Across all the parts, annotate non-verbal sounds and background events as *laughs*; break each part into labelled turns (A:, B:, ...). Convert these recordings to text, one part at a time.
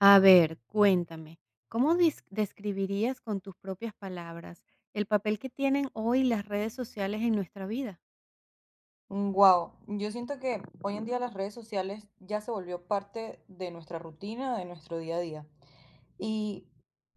A: A ver, cuéntame, ¿cómo describirías con tus propias palabras el papel que tienen hoy las redes sociales en nuestra vida?
B: Wow, yo siento que hoy en día las redes sociales ya se volvió parte de nuestra rutina, de nuestro día a día. Y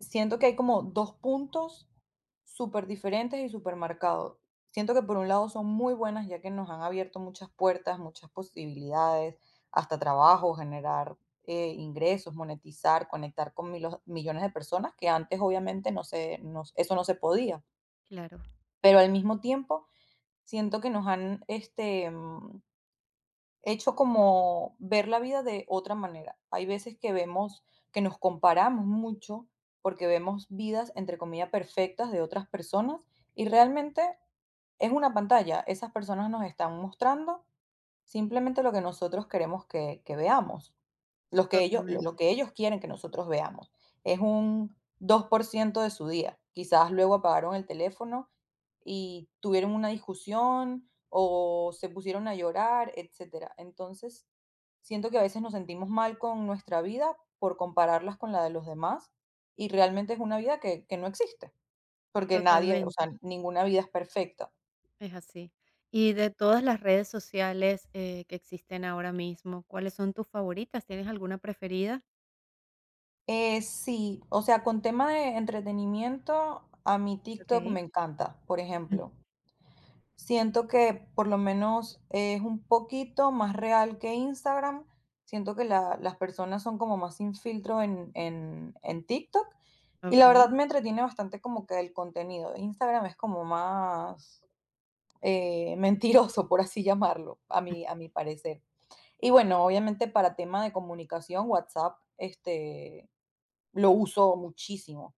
B: siento que hay como dos puntos súper diferentes y súper marcados. Siento que por un lado son muy buenas ya que nos han abierto muchas puertas, muchas posibilidades, hasta trabajo, generar ingresos, monetizar, conectar con millones de personas que antes obviamente no se, no- eso no se podía.
A: Claro,
B: Pero al mismo tiempo siento que nos han hecho como ver la vida de otra manera. Hay veces que que nos comparamos mucho porque vemos vidas, entre comillas, perfectas de otras personas y realmente es una pantalla. Esas personas nos están mostrando simplemente lo que nosotros queremos que veamos. Los que ellos lo
A: totalmente,
B: que ellos quieren que nosotros veamos. Es un 2% de su día. Quizás luego apagaron el teléfono y tuvieron una discusión o se pusieron a llorar, etcétera. Entonces, siento que a veces nos sentimos mal con nuestra vida por compararlas con la de los demás, y realmente es una vida que no existe, porque nadie, o
A: totalmente,
B: sea, ninguna vida es perfecta.
A: es así. Y de todas las redes sociales que existen ahora mismo, ¿cuáles son tus favoritas? ¿Tienes alguna preferida?
B: Sí, o sea, con tema de entretenimiento, a mi TikTok me
A: Ok.
B: encanta, por
A: Mm.
B: ejemplo. Siento que por lo menos es un poquito más real que Instagram. Siento que las personas son como más sin filtro en TikTok. Y la verdad
A: Ok.
B: me entretiene bastante como que el contenido. Instagram es como más mentiroso, por así llamarlo, a mi parecer. Y bueno, obviamente para tema de comunicación, WhatsApp, lo uso muchísimo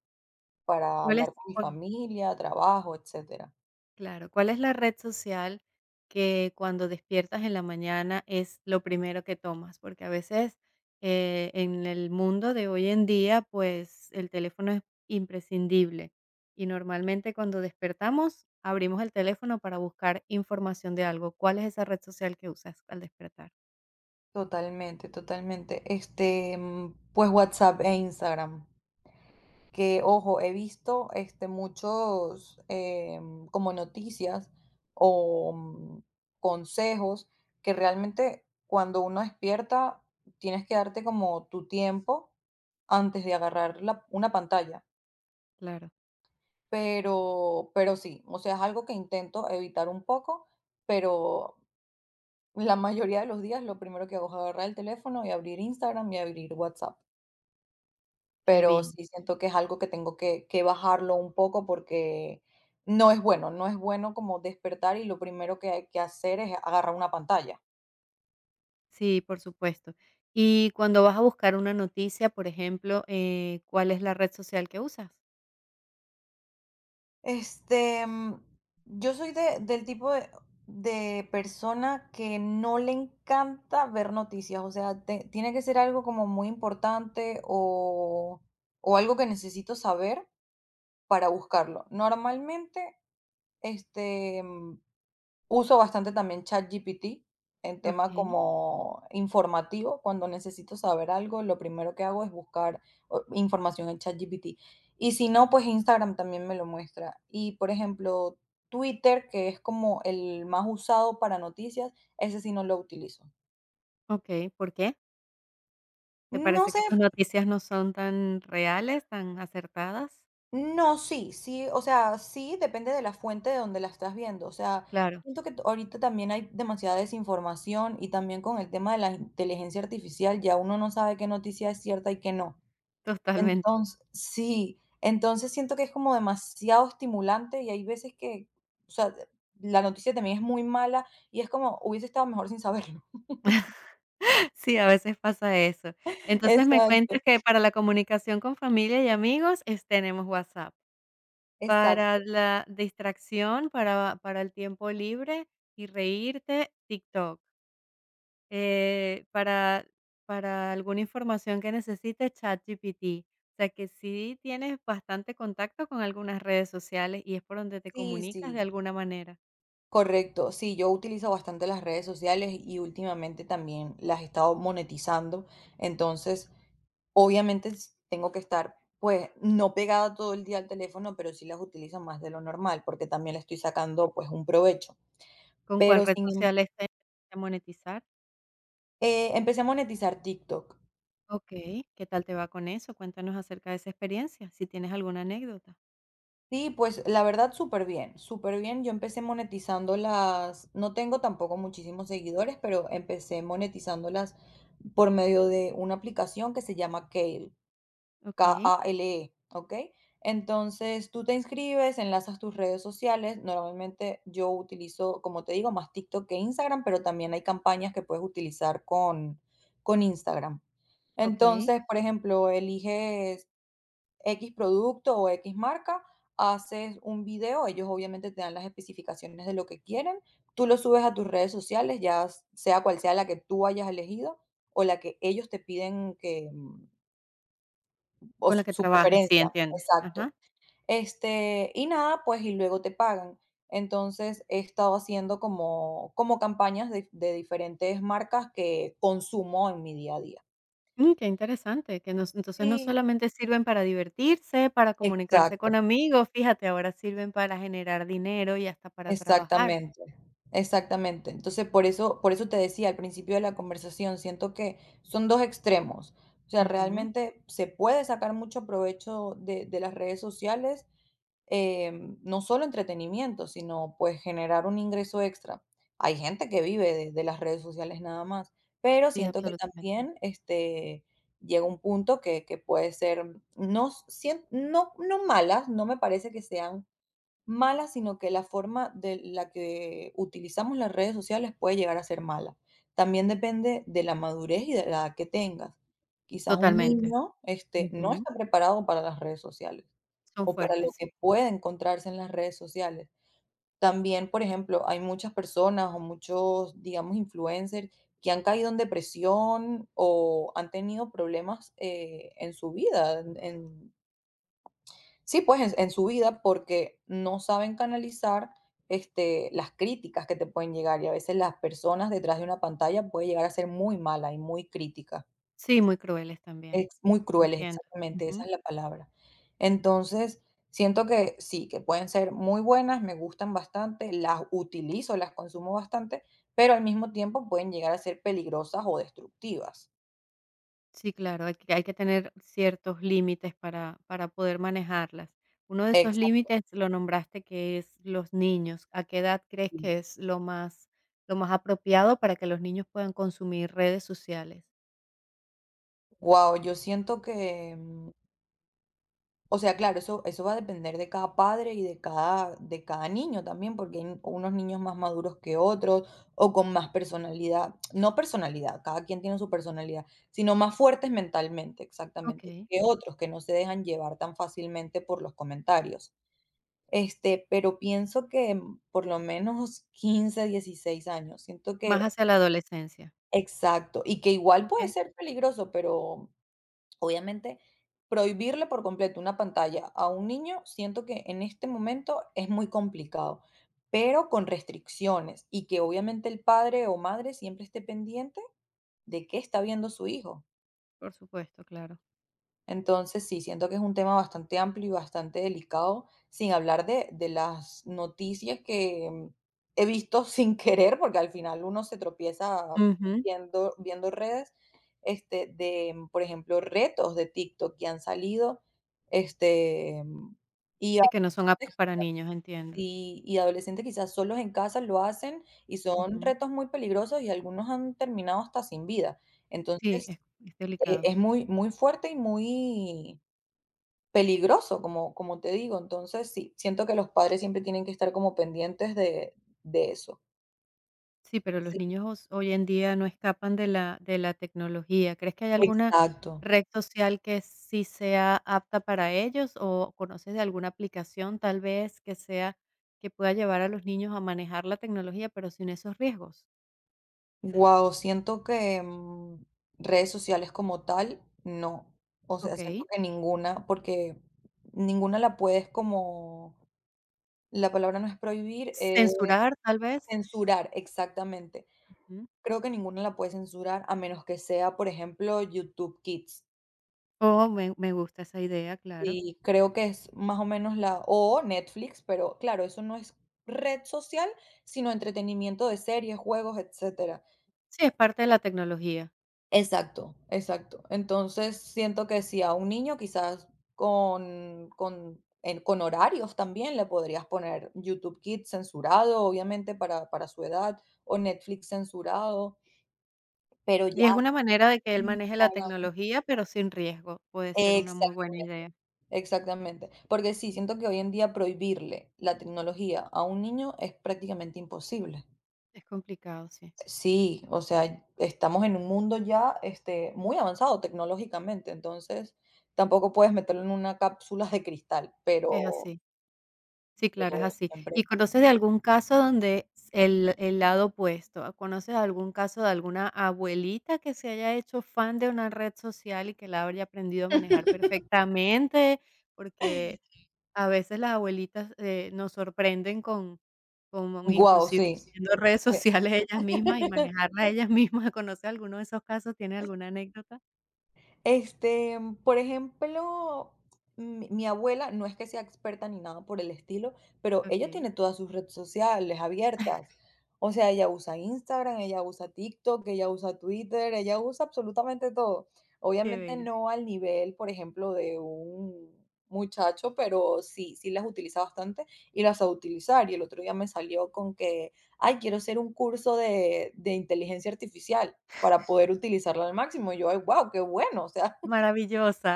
B: para
A: ¿Cuáles?
B: hablar con mi familia, trabajo, etcétera.
A: Claro, ¿cuál es la red social que cuando despiertas en la mañana es lo primero que tomas? Porque a veces en el mundo de hoy en día, pues el teléfono es imprescindible y normalmente cuando despertamos abrimos el teléfono para buscar información de algo. ¿Cuál es esa red social que usas al despertar?
B: Totalmente, totalmente. Pues WhatsApp e Instagram. Que, ojo, he visto muchos como noticias o consejos que realmente cuando uno despierta tienes que darte como tu tiempo antes de agarrar una pantalla.
A: Claro,
B: Pero sí, o sea, es algo que intento evitar un poco, pero la mayoría de los días lo primero que hago es agarrar el teléfono y abrir Instagram y abrir WhatsApp.
A: qué
B: Pero
A: bien.
B: sí siento que es algo que tengo que bajarlo un poco porque no es bueno, no es bueno como despertar y lo primero que hay que hacer es agarrar una pantalla.
A: Sí, por supuesto. Y cuando vas a buscar una noticia, por ejemplo, ¿cuál es la red social que usas?
B: Este, mm, yo soy de del tipo de persona que no le encanta ver noticias, o sea, te tiene que ser algo como muy importante o algo que necesito saber para buscarlo. Normalmente, este mm, Uso bastante también ChatGPT en tema
A: Ok.
B: como informativo. Cuando necesito saber algo, lo primero que hago es buscar información en ChatGPT. Y si no, pues Instagram también me lo muestra. Y por ejemplo, Twitter, que es como el más usado para noticias, ese sí no lo utilizo.
A: Ok, ¿por qué? ¿Te
B: No
A: parece
B: sé.
A: que sus noticias no son tan reales, tan acertadas?
B: No, sí, sí, o sea, sí depende de la fuente de donde la estás viendo. O sea,
A: Claro,
B: siento que ahorita también hay demasiada desinformación y también con el tema de la inteligencia artificial ya uno no sabe qué noticia es cierta y qué no.
A: totalmente.
B: Entonces, sí, entonces siento que es como demasiado estimulante y hay veces que, o sea, la noticia también es muy mala y es como hubiese estado mejor sin saberlo.
A: *laughs* Sí, a veces pasa eso.
B: *laughs*
A: Entonces, me
B: Exacto,
A: cuentas que para la comunicación con familia y amigos, es tenemos WhatsApp. Para
B: exacto.
A: la distracción, para el tiempo libre y reírte, TikTok. Eh, para para alguna información que necesites, ChatGPT. O sea, que sí tienes bastante contacto con algunas redes sociales y es por donde te
B: Sí,
A: comunicas de
B: sí.
A: alguna manera.
B: Correcto, sí, yo utilizo bastante las redes sociales y últimamente también las he estado monetizando, entonces obviamente tengo que estar pues no pegada todo el día al teléfono, pero sí las utilizo más de lo normal porque también le estoy sacando pues un provecho.
A: ¿Con cuál
B: Pero
A: red
B: sin, em-
A: social está a monetizar?
B: Empecé a monetizar TikTok.
A: Okey. ¿Qué tal te va con eso? Cuéntanos acerca de esa experiencia, si tienes alguna anécdota.
B: Sí, pues la verdad súper bien, súper bien. Yo empecé monetizando las, no tengo tampoco muchísimos seguidores, pero empecé monetizándolas por medio de una aplicación que se llama Kale.
A: Okey,
B: Kale, ¿e ok? Entonces, tú te inscribes, enlazas tus redes sociales. Normalmente, yo utilizo, como te digo, más TikTok que Instagram, pero también hay campañas que puedes utilizar con Instagram.
A: okey.
B: Entonces, por ejemplo, eliges X producto o X marca, haces un video, ellos obviamente te dan las especificaciones de lo que quieren, tú lo subes a tus redes sociales, ya sea cual sea la que tú hayas elegido o la que ellos te piden o
A: Con la
B: su
A: que
B: su
A: trabajes, sí,
B: preferencia,
A: entiendo. Ajá.
B: exacto. Y nada, pues, y luego te pagan. Entonces, he estado haciendo como campañas de diferentes marcas que consumo en mi día a día.
A: Mm, qué interesante, que nos entonces no
B: Sí,
A: solamente sirven para divertirse, para comunicarse
B: exacto,
A: con amigos, fíjate, ahora sirven para generar dinero y hasta para trabajar.
B: exactamente, exactamente. Entonces, por eso te decía al principio de la conversación, siento que son 2 extremos. O sea,
A: Ujú.
B: realmente se puede sacar mucho provecho de las redes sociales, no solo entretenimiento, sino pues generar un ingreso extra. Hay gente que vive de las redes sociales nada más, pero
A: Sí,
B: siento que
A: absolutamente.
B: también llega un punto que puede ser, no, no, no malas, no me parece que sean malas, sino que la forma de la que utilizamos las redes sociales puede llegar a ser mala. También depende de la madurez y de la edad que tengas. Quizás un
A: Totalmente.
B: niño no
A: Ujú.
B: está preparado para las redes sociales
A: Son
B: o para
A: fuertes,
B: lo que
A: sí.
B: puede encontrarse en las redes sociales. También, por ejemplo, hay muchas personas o muchos, digamos, influencers que han caído en depresión o han tenido problemas en su vida, sí, pues en su vida porque no saben canalizar las críticas que te pueden llegar y a veces las personas detrás de una pantalla puede llegar a ser muy mala y muy crítica.
A: Sí, muy crueles también.
B: Ex Muy crueles,
A: Entiendo.
B: exactamente, esa
A: Ujú.
B: es la palabra. Entonces, siento que sí, que pueden ser muy buenas, me gustan bastante, las utilizo, las consumo bastante, pero al mismo tiempo pueden llegar a ser peligrosas o destructivas.
A: Sí, claro, hay que tener ciertos límites para poder manejarlas. Uno de esos
B: Exacto.
A: límites lo nombraste, que es los niños. ¿A qué edad crees que es lo más apropiado para que los niños puedan consumir redes sociales?
B: Wow, yo siento que mm, o sea, claro, eso va a depender de cada, padre y de cada niño también, porque hay unos niños más maduros que otros o con más personalidad, no personalidad, cada quien tiene su personalidad, sino más fuertes mentalmente, exactamente,
A: Okey,
B: que otros que no se dejan llevar tan fácilmente por los comentarios. Pero pienso que por lo menos *laughs* 15, 16 años, siento
A: más
B: que,
A: hacia la adolescencia.
B: exacto, y que igual puede
A: Okey,
B: ser peligroso, pero obviamente, prohibirle por completo una pantalla a un niño, siento que en este momento es muy complicado, pero con restricciones y que obviamente el padre o madre siempre esté pendiente de qué está viendo su hijo.
A: por supuesto, claro.
B: Entonces, sí, siento que es un tema bastante amplio y bastante delicado, sin hablar de las noticias que he visto *laughs* sin querer, porque al final uno se tropieza
A: Ujú.
B: viendo redes, por ejemplo, retos de TikTok que han salido, este, mm, y, a
A: Sí, que no son aptos
B: veces-
A: para niños, entiendo.
B: y adolescentes quizás solos en casa lo hacen y son
A: Ujú.
B: retos muy peligrosos y algunos han terminado hasta sin vida.
A: Sí,
B: Entonces,
A: es delicado.
B: es muy, muy fuerte y muy peligroso, como te digo. Entonces, sí, siento que los padres siempre tienen que estar como pendientes de eso.
A: Sí, pero
B: Sí,
A: los niños hos hoy en día no escapan de la tecnología. ¿Crees que hay alguna
B: exacto.
A: red social que sí sea apta para ellos, o conoces de alguna aplicación, tal vez, que sea que pueda llevar a los niños a manejar la tecnología, pero sin esos riesgos?
B: Wow, siento que redes sociales como tal, no. O sea, siento
A: Okey.
B: que ninguna, porque ninguna la puedes como, la palabra no es prohibir, es
A: ¿Censurar, tal vez?
B: censurar, exactamente.
A: Ujú.
B: Creo que ninguna la puedes censurar a menos que sea, por ejemplo, YouTube Kids.
A: Oh, me gusta esa idea, claro.
B: Sí, creo que es más o menos la, o Netflix, pero claro, eso no es red social, sino entretenimiento de series, juegos, etcétera.
A: Sí, es parte de la tecnología.
B: Exacto, exacto. Entonces, siento que si a un niño quizás con horarios también le podrías poner YouTube Kids censurado, obviamente, para su edad, o Netflix censurado, pero ya
A: Y es una manera de que él maneje la
B: Instagram.
A: tecnología, pero sin riesgo. Puede ser una muy buena idea.
B: Exactamente, porque sí, siento que hoy en día prohibirle la tecnología a un niño es prácticamente imposible.
A: Es complicado, sí.
B: Sí, o sea, estamos en un mundo ya, muy avanzado tecnológicamente, entonces tampoco puedes meterlo en una cápsula de cristal,
A: Es
B: pero
A: así. Sí,
B: pero
A: claro, es así.
B: siempre.
A: ¿Y conoces de algún caso donde s el lado opuesto? ¿Ah? ¿Conoces algún caso de alguna abuelita que se haya hecho fan de una red social y que la haya aprendido a manejar perfectamente? Porque a veces las abuelitas, nos sorprenden con
B: Guau,
A: inclusive
B: sí.
A: haciendo redes sociales ellas mismas y
B: *laughs*
A: manejarlas ellas mismas. *laughs* ¿Conoces alguno de esos casos? ¿Tienes alguna anécdota?
B: Este, por ejemplo, mi abuela no es que sea experta ni nada por el estilo, pero ella
A: Okey,
B: tiene todas sus redes sociales abiertas. O sea, ella usa Instagram, ella usa TikTok, ella usa Twitter, ella usa absolutamente todo.
A: qué
B: Obviamente
A: bella.
B: no al nivel, por ejemplo, de un muchacho, pero sí, sí las utiliza bastante y las sabe utilizar. Y el otro día me salió con que, ay, quiero hacer un curso de inteligencia artificial para poder utilizarla al máximo. Y yo: "Ay, guau, qué bueno", o sea, *laughs*
A: Maravillosa,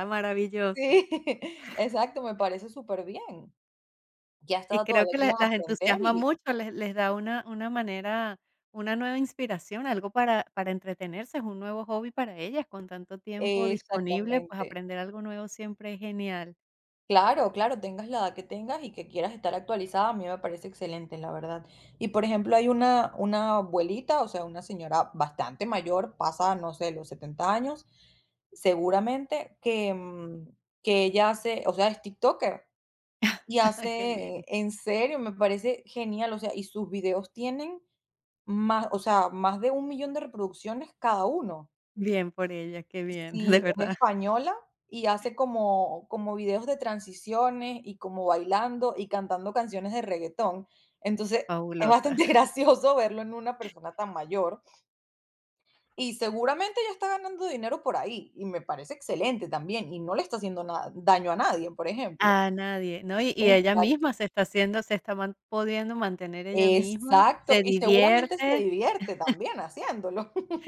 B: sí,
A: maravillosa.
B: *laughs* exacto, me parece súper bien. Ya, a
A: Y creo
B: todavía
A: que la
B: quieras
A: las
B: aprender,
A: entusiasma
B: y
A: mucho, les da una manera, una nueva inspiración, algo para entretenerse, es un nuevo hobby para ellas, con tanto tiempo disponible, pues
B: exactamente.
A: aprender algo nuevo siempre es genial.
B: Claro, claro, tengas la edad que tengas y que quieras estar actualizada, a mí me parece excelente, la verdad. Y, por ejemplo, hay una abuelita, o sea, una señora bastante mayor, pasa, no sé, los 70 años, seguramente, que ella hace o sea, es tiktoker. Y
A: *laughs* Qué bien,
B: hace en serio, me parece genial, o sea, y sus videos tienen más, o sea, más de 1.000.000 de reproducciones cada uno.
A: bien por ella, qué bien, *laughs* de
B: Sí, es
A: verdad,
B: española y hace como videos de transiciones y como bailando y cantando canciones de reguetón. Entonces, es
A: fabulosa.
B: bastante *laughs* gracioso verlo en una persona tan mayor, y seguramente ya está ganando dinero por ahí, y me parece excelente también, y no le está haciendo na daño a nadie, por ejemplo.
A: A nadie, ¿no? Y ella misma se está haciendo, se está man pudiendo mantener ella misma,
B: Exacto,
A: se
B: y seguramente se
A: divierte,
B: divierte también haciéndolo. *laughs*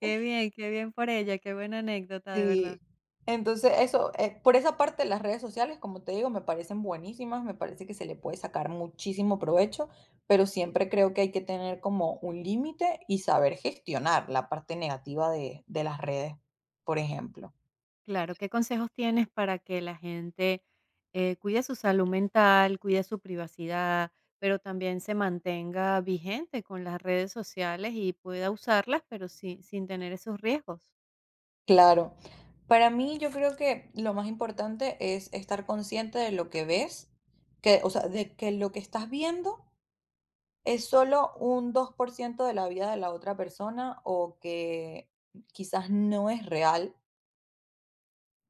A: qué bien por ella, qué buena anécdota, de
B: Sí.
A: verdad.
B: Entonces, eso, por esa parte, las redes sociales, como te digo, me parecen buenísimas, me parece que se le puede sacar muchísimo provecho, pero siempre creo que hay que tener como un límite y saber gestionar la parte negativa de las redes, por ejemplo.
A: Claro, ¿qué consejos tienes para que la gente, cuide su salud mental, cuide su privacidad, pero también se mantenga vigente con las redes sociales y pueda usarlas, pero sin tener esos riesgos?
B: Claro. Para mí, yo creo que lo más importante es estar consciente de lo que ves, que, o sea, de que lo que estás viendo, ¿es solo un 2% de la vida de la otra persona o que quizás no es real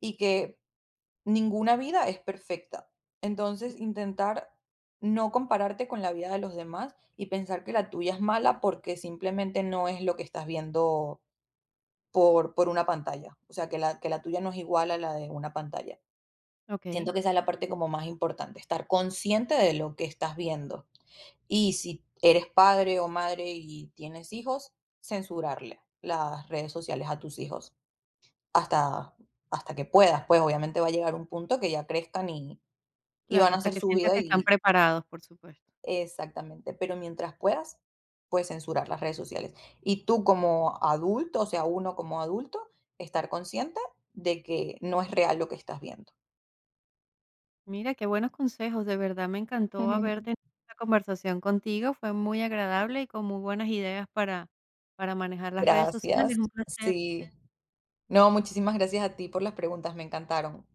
B: y que ninguna vida es perfecta? Entonces, intentar no compararte con la vida de los demás y pensar que la tuya es mala porque simplemente no es lo que estás viendo por una pantalla. O sea, que la, tuya no es igual a la de una pantalla. Siento
A: Okey,
B: que esa es la parte como más importante, estar consciente de lo que estás viendo. Y si eres padre o madre y tienes hijos, censurarle las redes sociales a tus hijos hasta, hasta que puedas. Pues obviamente va a llegar un punto que ya crezcan y van
A: claro,
B: a
A: hasta
B: hacer
A: que
B: su
A: sientas
B: vida
A: que están
B: y
A: preparados, por supuesto.
B: exactamente, pero mientras puedas, puedes censurar las redes sociales. Y tú como adulto, o sea, uno como adulto, estar consciente de que no es real lo que estás viendo.
A: Mira, qué buenos consejos, de verdad me encantó haber tenido
B: *laughs*
A: esta conversación contigo, fue muy agradable y con muy buenas ideas para manejar las redes
B: Gracias.
A: sociales, un placer.
B: Sí. No, muchísimas gracias a ti por las preguntas, me encantaron.